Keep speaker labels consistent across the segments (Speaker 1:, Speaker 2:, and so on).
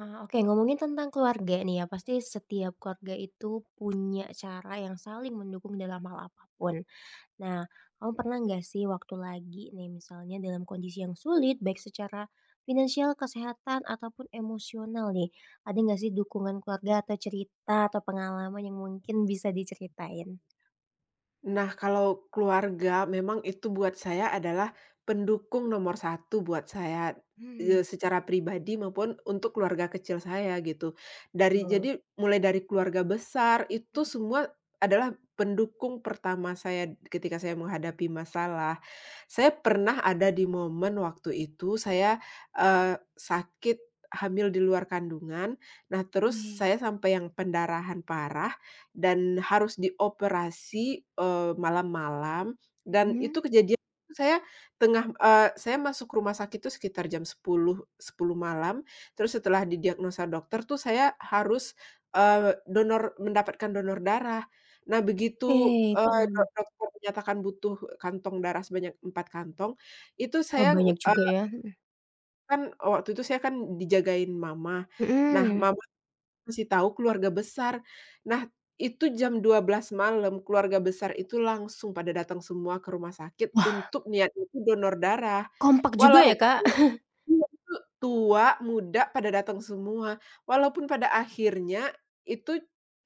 Speaker 1: Ah, oke ngomongin tentang keluarga nih ya, pasti setiap keluarga itu punya cara yang saling mendukung dalam hal apapun. Nah, kamu pernah nggak sih waktu lagi nih misalnya dalam kondisi yang sulit baik secara finansial, kesehatan, ataupun emosional nih, ada nggak sih dukungan keluarga atau cerita atau pengalaman yang mungkin bisa diceritain?
Speaker 2: Nah, kalau keluarga memang itu buat saya adalah pendukung nomor satu buat saya,
Speaker 1: Mmm.
Speaker 2: secara pribadi maupun untuk keluarga kecil saya gitu. Dari jadi mulai dari keluarga besar itu semua adalah pendukung pertama saya ketika saya menghadapi masalah. Saya pernah ada di momen waktu itu saya, sakit hamil di luar kandungan, nah
Speaker 1: Oke,
Speaker 2: terus
Speaker 1: mhm.
Speaker 2: saya sampai yang pendarahan parah dan harus dioperasi, malam-malam, dan
Speaker 1: Mhm,
Speaker 2: itu kejadian saya saya masuk rumah sakit itu sekitar jam 10.00, 10.00 malam. Terus setelah didiagnosa dokter tuh saya harus, mendapatkan donor darah. Nah begitu,
Speaker 1: oke,
Speaker 2: eee,
Speaker 1: paham.
Speaker 2: do dokter menyatakan butuh kantong darah sebanyak 4 kantong. itu
Speaker 1: Oh,
Speaker 2: saya,
Speaker 1: banyak juga
Speaker 2: eee,
Speaker 1: ya,
Speaker 2: Kan waktu itu saya kan dijagain mama.
Speaker 1: mhm,
Speaker 2: Nah
Speaker 1: mhm.
Speaker 2: mama ngasih tahu keluarga besar. Nah, itu jam 12.00 malam, keluarga besar itu langsung pada datang semua ke rumah sakit
Speaker 1: Wah.
Speaker 2: untuk niat itu donor darah.
Speaker 1: Kompak juga
Speaker 2: Walau
Speaker 1: ya, Kak?
Speaker 2: Iya, itu tua, muda, pada datang semua. Walaupun pada akhirnya itu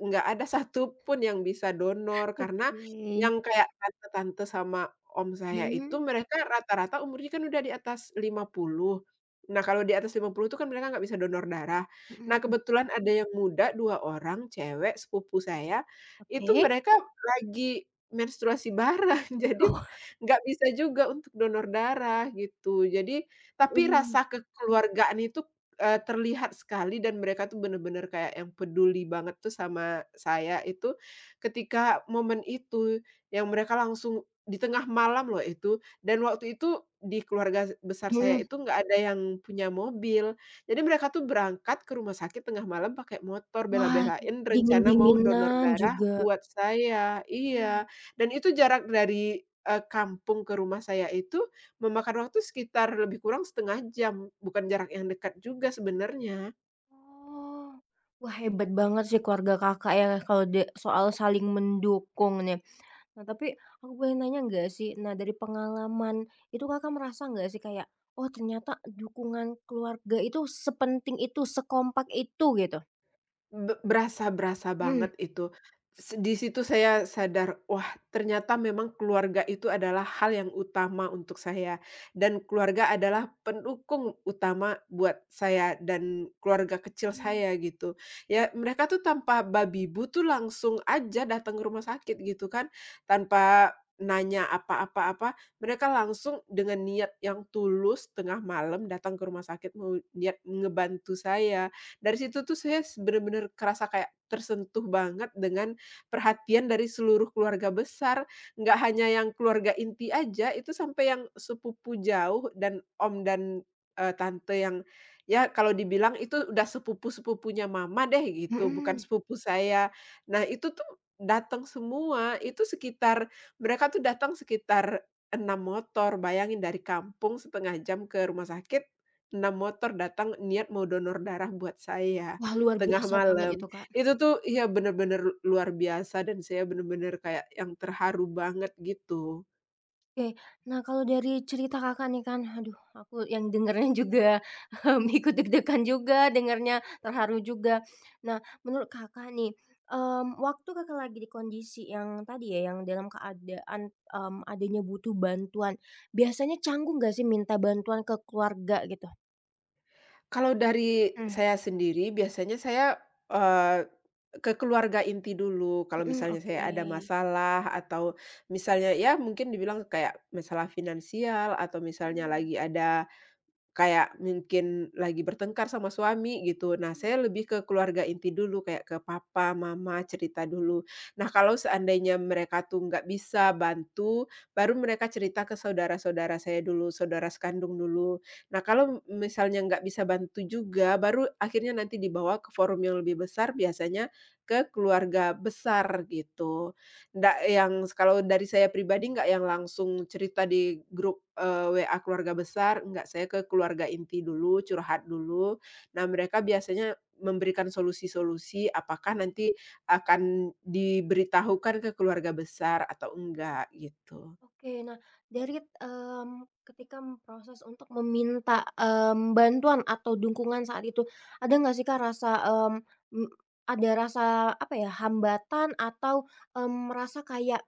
Speaker 2: nggak ada satu pun yang bisa donor, karena
Speaker 1: Oke.
Speaker 2: yang kayak tante-tante sama om saya itu
Speaker 1: Mhm,
Speaker 2: mereka rata-rata umurnya kan udah di atas 50. Nah, kalau di atas 50 itu kan mereka nggak bisa donor darah. Nah,
Speaker 1: mhm.
Speaker 2: kebetulan ada yang muda 2 orang, cewek, sepupu saya, itu
Speaker 1: Oke.
Speaker 2: mereka lagi menstruasi bareng, jadi
Speaker 1: Oh.
Speaker 2: nggak bisa juga untuk donor darah, gitu. Jadi tapi
Speaker 1: Mhm,
Speaker 2: rasa kekeluargaan itu, terlihat sekali, dan mereka tuh bener-bener kayak yang peduli banget tuh sama saya itu ketika momen itu, yang mereka langsung di tengah malam loh itu, dan waktu itu di keluarga besar
Speaker 1: mhm.
Speaker 2: saya itu nggak ada yang punya mobil. Jadi mereka tuh berangkat ke rumah sakit tengah malam pakai motor,
Speaker 1: Wah,
Speaker 2: bela-belain rencana mau donor
Speaker 1: dingin-dinginan
Speaker 2: darah
Speaker 1: juga.
Speaker 2: buat saya
Speaker 1: Mhm.
Speaker 2: iya, dan itu jarak dari, kampung ke rumah saya itu memakan waktu sekitar lebih kurang setengah jam, bukan jarak yang dekat juga sebenarnya.
Speaker 1: Oh, wah, hebat banget sih keluarga Kakak ya kalau soal saling mendukung nih. Nah, tapi aku boleh nanya nggak sih, nah dari pengalaman itu Kakak merasa nggak sih kayak, oh ternyata dukungan keluarga itu sepenting itu, sekompak itu gitu?
Speaker 2: Berasa berasa
Speaker 1: Mhm,
Speaker 2: banget itu. Di situ saya sadar, wah ternyata memang keluarga itu adalah hal yang utama untuk saya, dan keluarga adalah pendukung utama buat saya dan keluarga kecil saya gitu. Ya mereka tuh tanpa babi bu tuh langsung aja datang ke rumah sakit gitu kan, tanpa nanya apa-apa, mereka langsung dengan niat yang tulus tengah malam datang ke rumah sakit mau niat ngebantu saya. Dari situ tuh saya bener-bener kerasa kayak tersentuh banget dengan perhatian dari seluruh keluarga besar, nggak hanya yang keluarga inti aja, itu sampai yang sepupu jauh dan om dan, tante yang, ya kalau dibilang itu udah sepupu-sepupunya mama deh gitu, bukan
Speaker 1: mhm.
Speaker 2: sepupu saya. Nah itu tuh datang semua, itu sekitar mereka tuh datang sekitar 6 motor, bayangin dari kampung setengah jam ke rumah sakit. 6 motor datang niat mau donor darah buat saya,
Speaker 1: Wah, luar
Speaker 2: tengah
Speaker 1: biasa banget
Speaker 2: malam.
Speaker 1: itu, Kak.
Speaker 2: Itu tuh ya bener-bener luar biasa dan saya bener-bener kayak yang terharu banget gitu.
Speaker 1: Oke. Nah, kalau dari cerita Kakak nih kan, aduh, aku yang dengernya juga, ikut deg-degan juga dengernya, terharu juga. Nah, menurut Kakak nih, waktu Kakak lagi di kondisi yang tadi ya, yang dalam keadaan, adanya butuh bantuan, biasanya canggung nggak sih minta bantuan ke keluarga gitu?
Speaker 2: Kalau dari
Speaker 1: Mmm.
Speaker 2: saya sendiri biasanya saya, eee, ke keluarga inti dulu kalau
Speaker 1: Mhm,
Speaker 2: misalnya
Speaker 1: oke.
Speaker 2: saya ada masalah, atau misalnya ya mungkin dibilang kayak masalah finansial, atau misalnya
Speaker 1: Mhm.
Speaker 2: lagi ada kayak mungkin lagi bertengkar sama suami gitu. Nah, saya lebih ke keluarga inti dulu, kayak ke papa, mama, cerita dulu. Nah, kalau seandainya mereka tuh nggak bisa bantu, baru mereka cerita ke saudara-saudara saya dulu, saudara sekandung dulu. Nah, kalau misalnya nggak bisa bantu juga, baru akhirnya nanti dibawa ke forum yang lebih besar, biasanya ke keluarga besar gitu. Ndak yang kalau dari saya pribadi nggak yang langsung cerita di grup, WA keluarga besar, nggak. Saya ke keluarga inti dulu, curhat dulu. Nah, mereka biasanya memberikan solusi-solusi, apakah nanti akan diberitahukan ke keluarga besar atau enggak, gitu.
Speaker 1: Oke, nah dari, ketika proses untuk meminta, bantuan atau dukungan saat itu, ada nggak sih Kak rasa, mmm, m ada rasa apa ya, hambatan atau, merasa kayak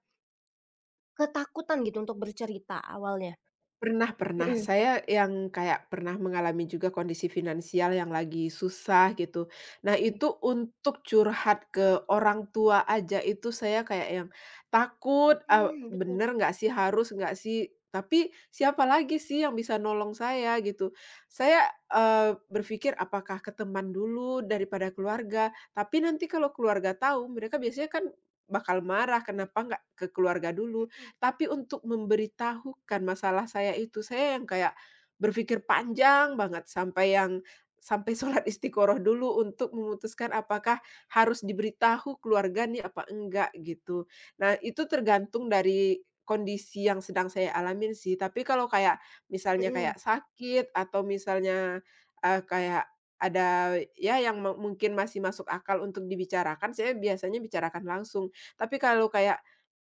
Speaker 1: ketakutan gitu untuk bercerita awalnya?
Speaker 2: Pernah pernah.
Speaker 1: Mhm.
Speaker 2: Saya yang kayak pernah mengalami juga kondisi finansial yang lagi susah gitu. Nah,
Speaker 1: Oke,
Speaker 2: itu untuk curhat ke orang tua aja itu saya kayak yang takut,
Speaker 1: mhm, betul
Speaker 2: bener nggak sih, harus nggak sih, tapi siapa lagi sih yang bisa nolong saya gitu. Saya, berpikir apakah ke teman dulu daripada keluarga, tapi nanti kalau keluarga tahu mereka biasanya kan bakal marah, kenapa nggak ke keluarga dulu.
Speaker 1: betul,
Speaker 2: Tapi untuk memberitahukan masalah saya itu, saya yang kayak berpikir panjang banget sampai sholat istiqoroh dulu untuk memutuskan apakah harus diberitahu keluarga nih apa enggak gitu. Nah, itu tergantung dari kondisi yang sedang saya alamin sih. Tapi kalau kayak misalnya
Speaker 1: mhm.
Speaker 2: kayak sakit atau misalnya eh, kayak ada ya yang mungkin masih masuk akal untuk dibicarakan, saya biasanya bicarakan langsung. Tapi kalau kayak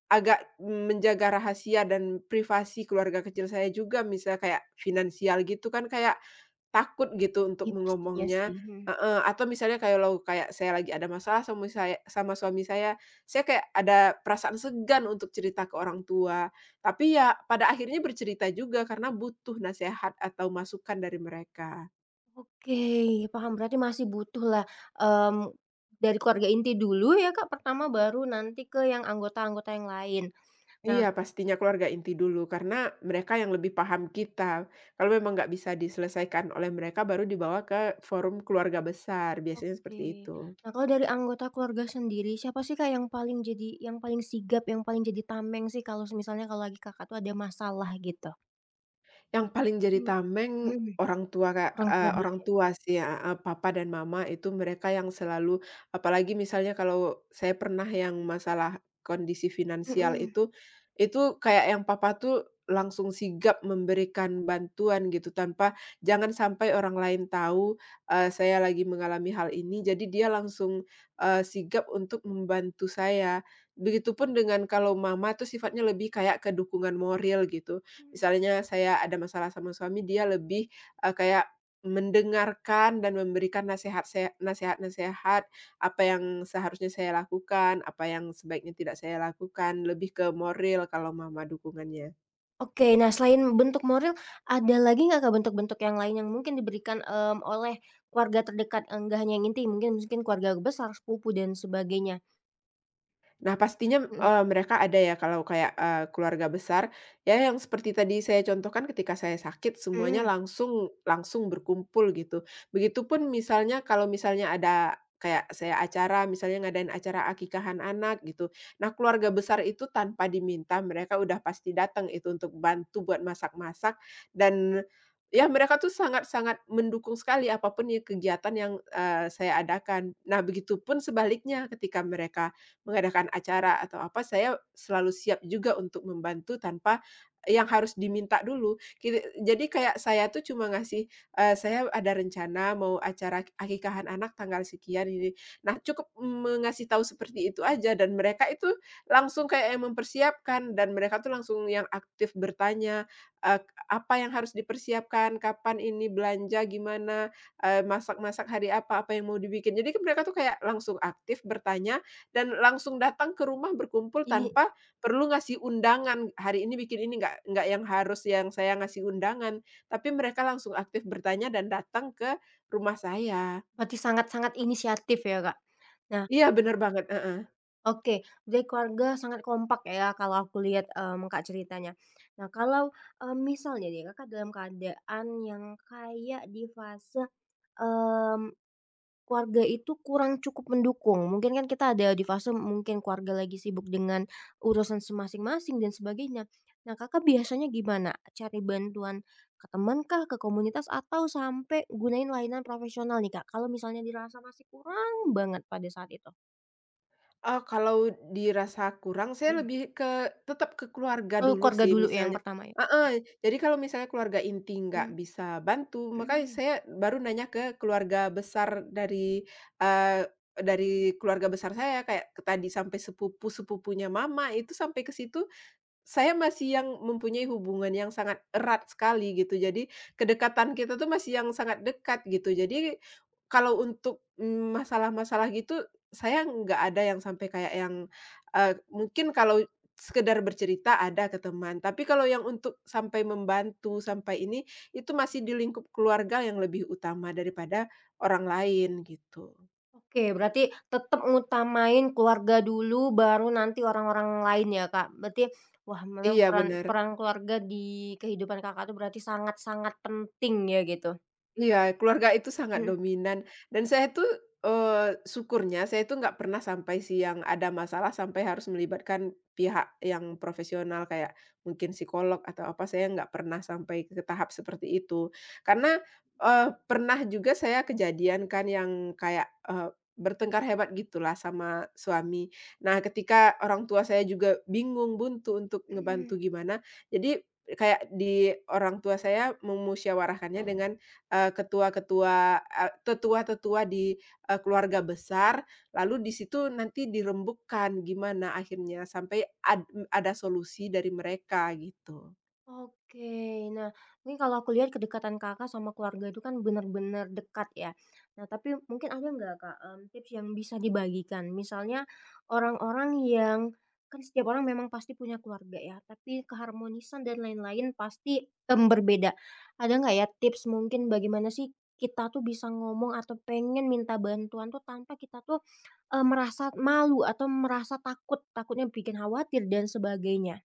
Speaker 2: agak menjaga rahasia dan privasi keluarga kecil saya juga, misal kayak finansial gitu kan kayak takut gitu untuk
Speaker 1: Iya, pastinya
Speaker 2: mengomongnya,
Speaker 1: sih, mhm.
Speaker 2: heeh, atau misalnya kalau kayak saya lagi ada masalah sama suami saya kayak ada perasaan segan untuk cerita ke orang tua. Tapi ya pada akhirnya bercerita juga karena butuh nasihat atau masukan dari mereka.
Speaker 1: Oke, paham, berarti masih butuhlah, mmm, dari keluarga inti dulu ya Kak pertama, baru nanti ke yang anggota-anggota yang lain. Nah.
Speaker 2: Iya, pastinya keluarga inti dulu, karena mereka yang lebih paham kita. Kalau memang nggak bisa diselesaikan oleh mereka, baru dibawa ke forum keluarga besar, biasanya seperti
Speaker 1: Oke.
Speaker 2: itu.
Speaker 1: Nah, kalau dari anggota keluarga sendiri, siapa sih, Kak, yang paling jadi yang paling sigap, yang paling jadi tameng sih kalau misalnya kalau lagi Kakak tuh ada masalah gitu?
Speaker 2: Yang paling jadi
Speaker 1: Mmm.
Speaker 2: tameng
Speaker 1: Mhm,
Speaker 2: orang tua, Kak,
Speaker 1: orang tua dulu
Speaker 2: orang
Speaker 1: ya?
Speaker 2: tua sih ya heeh, papa dan mama itu mereka yang selalu, apalagi misalnya kalau saya pernah yang masalah kondisi finansial
Speaker 1: Mhm.
Speaker 2: itu kayak yang papa tuh langsung sigap memberikan bantuan gitu tanpa jangan sampai orang lain tahu, saya lagi mengalami hal ini jadi dia langsung, sigap untuk membantu saya. Begitupun dengan kalau mama tuh sifatnya lebih kayak ke dukungan moral gitu, misalnya saya ada masalah sama suami, dia lebih, kayak mendengarkan dan memberikan nasihat-nasihat apa yang seharusnya saya lakukan, apa yang sebaiknya tidak saya lakukan, lebih ke moral kalau mama dukungannya.
Speaker 1: Oke, nah selain bentuk moral, ada lagi nggak, Kak, bentuk-bentuk yang lain yang mungkin diberikan, oleh keluarga terdekat, nggak hanya yang inti, mungkin mungkin keluarga besar, sepupu dan sebagainya?
Speaker 2: Nah, pastinya,
Speaker 1: Mhm.
Speaker 2: mereka ada ya kalau kayak, keluarga besar, ya yang seperti tadi saya contohkan ketika saya sakit semuanya
Speaker 1: Mhm.
Speaker 2: langsung langsung berkumpul gitu. Begitupun misalnya kalau misalnya ada kayak saya acara, misalnya ngadain acara akikahan anak gitu. Nah, keluarga besar itu tanpa diminta mereka udah pasti datang itu untuk bantu buat masak-masak, dan ya mereka tuh sangat-sangat mendukung sekali apapun ya kegiatan yang, saya adakan. Nah, begitupun sebaliknya ketika mereka mengadakan acara atau apa, saya selalu siap juga untuk membantu tanpa yang harus diminta dulu. Jadi kayak saya tuh cuma ngasih, "Saya ada rencana mau acara akikahan anak tanggal sekian ini." Nah, cukup mengasih tahu seperti itu aja dan mereka itu langsung kayak yang mempersiapkan, dan mereka tuh langsung yang aktif bertanya, eee, apa yang harus dipersiapkan, kapan ini belanja, gimana, masak-masak hari apa, apa yang mau dibikin. Jadi kan mereka tuh kayak langsung aktif bertanya dan langsung datang ke rumah berkumpul
Speaker 1: Ini
Speaker 2: tanpa perlu ngasih undangan, "Hari ini bikin ini nggak?" Nggak yang harus yang saya ngasih undangan, tapi mereka langsung aktif bertanya dan datang ke rumah saya.
Speaker 1: berarti sangat-sangat inisiatif ya, Kak? Nah.
Speaker 2: Iya bener banget, heeh.
Speaker 1: Oke, jadi keluarga sangat kompak ya kalau aku lihat, Kak, ceritanya. Nah, kalau, misalnya nih Kakak dalam keadaan yang kayak di fase, mmm, keluarga itu kurang cukup mendukung, mungkin kan kita ada di fase mungkin keluarga lagi sibuk dengan urusan masing-masing dan sebagainya. Nah, Kakak biasanya gimana? Cari bantuan ke teman kah, ke komunitas, atau sampai gunain layanan profesional nih, Kak, kalau misalnya dirasa masih kurang banget pada saat itu?
Speaker 2: Ah, kalau dirasa kurang, saya
Speaker 1: Hmm.
Speaker 2: lebih ke tetap ke keluarga
Speaker 1: Ke
Speaker 2: dulu
Speaker 1: keluarga
Speaker 2: sih
Speaker 1: dulu ya yang
Speaker 2: misalnya,
Speaker 1: pertama ya.
Speaker 2: heeh, jadi kalau misalnya keluarga inti nggak
Speaker 1: Mmm,
Speaker 2: bisa bantu, makanya
Speaker 1: mhm.
Speaker 2: saya baru nanya ke keluarga besar. Dari eee, dari keluarga besar saya kayak ke tadi sampai sepupu-sepupunya mama itu sampai ke situ saya masih yang mempunyai hubungan yang sangat erat sekali gitu, jadi kedekatan kita tuh masih yang sangat dekat gitu. Jadi kalau untuk, masalah-masalah gitu saya nggak ada yang sampai kayak yang, mungkin kalau sekedar bercerita ada ke teman, tapi kalau yang untuk sampai membantu, sampai ini, itu masih di lingkup keluarga yang lebih utama daripada orang lain gitu.
Speaker 1: Oke, berarti tetep ngutamain keluarga dulu, baru nanti orang-orang lain ya, Kak? Berarti wah, memang
Speaker 2: Iya
Speaker 1: peran
Speaker 2: benar.
Speaker 1: peran keluarga di kehidupan Kakak tuh berarti sangat-sangat penting ya gitu?
Speaker 2: Iya, keluarga itu sangat
Speaker 1: Mhm,
Speaker 2: dominan dan saya tuh, syukurnya saya tuh nggak pernah sampai sih yang ada masalah sampai harus melibatkan pihak yang profesional kayak mungkin psikolog atau apa, saya nggak pernah sampai ke tahap seperti itu. Karena, pernah juga saya kejadian kan yang kayak, bertengkar hebat gitulah sama suami. Nah, ketika orang tua saya juga bingung, buntu untuk ngebantu
Speaker 1: mhm.
Speaker 2: gimana, jadi kayak di orang tua saya memusyawarahkannya dengan tetua-tetua di, keluarga besar, lalu di situ nanti dirembukkan gimana akhirnya sampai ada solusi dari mereka gitu.
Speaker 1: Oke. Nah, mungkin kalau aku lihat kedekatan Kakak sama keluarga itu kan benar-benar dekat ya. Nah, tapi mungkin ada nggak Kak, tips yang bisa dibagikan? Misalnya orang-orang yang kan setiap orang memang pasti punya keluarga ya, tapi keharmonisan dan lain-lain pasti, berbeda. Ada nggak ya tips mungkin bagaimana sih kita tuh bisa ngomong atau pengen minta bantuan tuh tanpa kita tuh, merasa malu atau merasa takut, takutnya bikin khawatir dan sebagainya?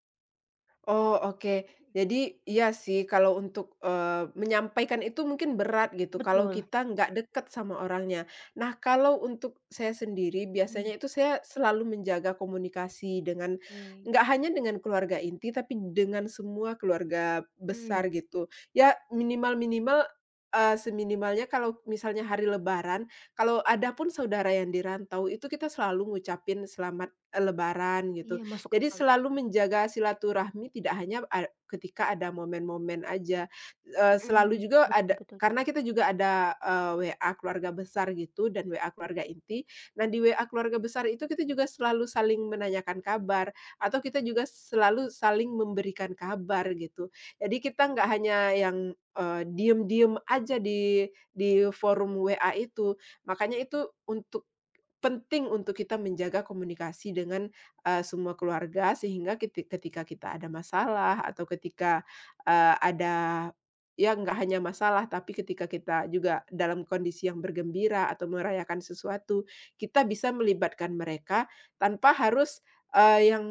Speaker 2: Oh, oke. Jadi iya sih kalau untuk, menyampaikan itu mungkin berat gitu kalau
Speaker 1: Betul.
Speaker 2: kita nggak dekat sama orangnya. Nah, kalau untuk saya sendiri
Speaker 1: Mmm,
Speaker 2: biasanya itu saya selalu menjaga komunikasi dengan
Speaker 1: oke.
Speaker 2: nggak hanya dengan keluarga inti, tapi dengan semua keluarga
Speaker 1: Mmm,
Speaker 2: besar gitu. Ya minimal-minimal, seminimalnya kalau misalnya hari lebaran, kalau ada pun saudara yang dirantau itu kita selalu ngucapin selamat, lebaran gitu.
Speaker 1: iya masuk
Speaker 2: Jadi
Speaker 1: akal,
Speaker 2: selalu menjaga silaturahmi tidak hanya ketika ada momen-momen aja, selalu
Speaker 1: mhm,
Speaker 2: juga ada
Speaker 1: betul betul
Speaker 2: karena
Speaker 1: betul.
Speaker 2: kita juga ada, WA keluarga besar gitu dan WA keluarga inti. Nah, di WA keluarga besar itu kita juga selalu saling menanyakan kabar atau kita juga selalu saling memberikan kabar gitu. Jadi kita nggak hanya yang, diem-diem aja di forum WA itu. Makanya itu untuk penting untuk kita menjaga komunikasi dengan, semua keluarga sehingga ketika kita ada masalah atau ketika, ada, ya nggak hanya masalah tapi ketika kita juga dalam kondisi yang bergembira atau merayakan sesuatu, kita bisa melibatkan mereka tanpa harus, yang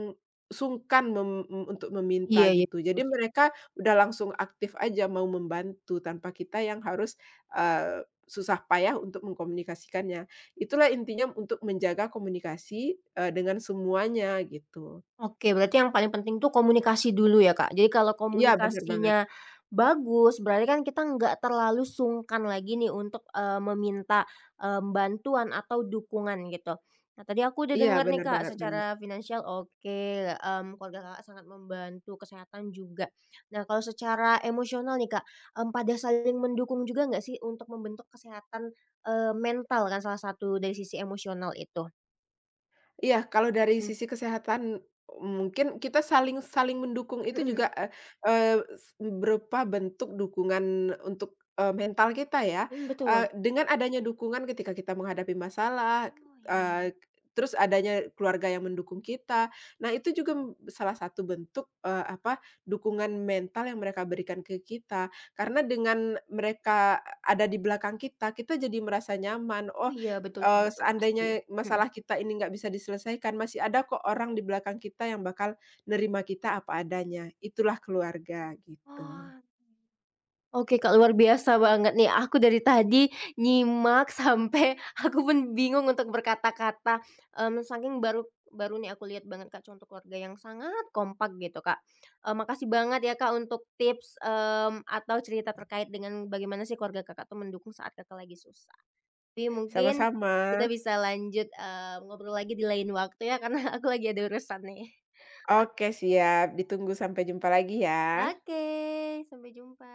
Speaker 2: sungkan mem mem- untuk meminta
Speaker 1: Iya iya,
Speaker 2: gitu. Jadi
Speaker 1: terus.
Speaker 2: mereka udah langsung aktif aja mau membantu tanpa kita yang harus, susah payah untuk mengkomunikasikannya. Itulah intinya untuk menjaga komunikasi, dengan semuanya gitu.
Speaker 1: Oke, berarti yang paling penting tuh komunikasi dulu ya, Kak? Jadi kalau
Speaker 2: Iya bener banget.
Speaker 1: komunikasinya bagus, berarti kan kita nggak terlalu sungkan lagi nih untuk, meminta, bantuan atau dukungan gitu. Nah, tadi aku udah
Speaker 2: Iya
Speaker 1: dengar nih,
Speaker 2: bener
Speaker 1: Kak,
Speaker 2: banget bener.
Speaker 1: secara finansial oke, keluarga Kakak sangat membantu, kesehatan juga. Nah, kalau secara emosional nih, Kak, pada saling mendukung juga nggak sih untuk membentuk kesehatan, mental kan salah satu dari sisi emosional itu?
Speaker 2: Iya, kalau dari
Speaker 1: Mmm.
Speaker 2: sisi kesehatan, mungkin kita saling saling mendukung itu
Speaker 1: Mhm,
Speaker 2: juga, eee eee, s berupa bentuk dukungan untuk, mental kita ya.
Speaker 1: mhm, betul.
Speaker 2: Dengan adanya dukungan ketika kita menghadapi masalah,
Speaker 1: Oh, iya iya.
Speaker 2: eee, terus adanya keluarga yang mendukung kita. Nah, itu juga salah satu bentuk, apa, dukungan mental yang mereka berikan ke kita. Karena dengan mereka ada di belakang kita, kita jadi merasa nyaman,
Speaker 1: Oh
Speaker 2: "Oh,
Speaker 1: iya, betul juga tuh, pasti.
Speaker 2: Seandainya
Speaker 1: Mhm.
Speaker 2: masalah kita ini nggak bisa diselesaikan, masih ada kok orang di belakang kita yang bakal nerima kita apa adanya. Itulah keluarga, gitu.
Speaker 1: Oh, oke, Kak, luar biasa banget nih, aku dari tadi nyimak sampai aku pun bingung untuk berkata-kata, saking baru baru nih aku lihat banget, Kak, contoh keluarga yang sangat kompak gitu, Kak. Makasih banget ya, Kak, untuk tips, atau cerita terkait dengan bagaimana sih keluarga Kakak tuh mendukung saat Kakak lagi susah. Tapi mungkin
Speaker 2: Sama-sama.
Speaker 1: kita bisa lanjut, ngobrol lagi di lain waktu ya, karena aku lagi ada urusan nih.
Speaker 2: Oke siap, ditunggu sampai jumpa lagi ya.
Speaker 1: Oke, sampai jumpa.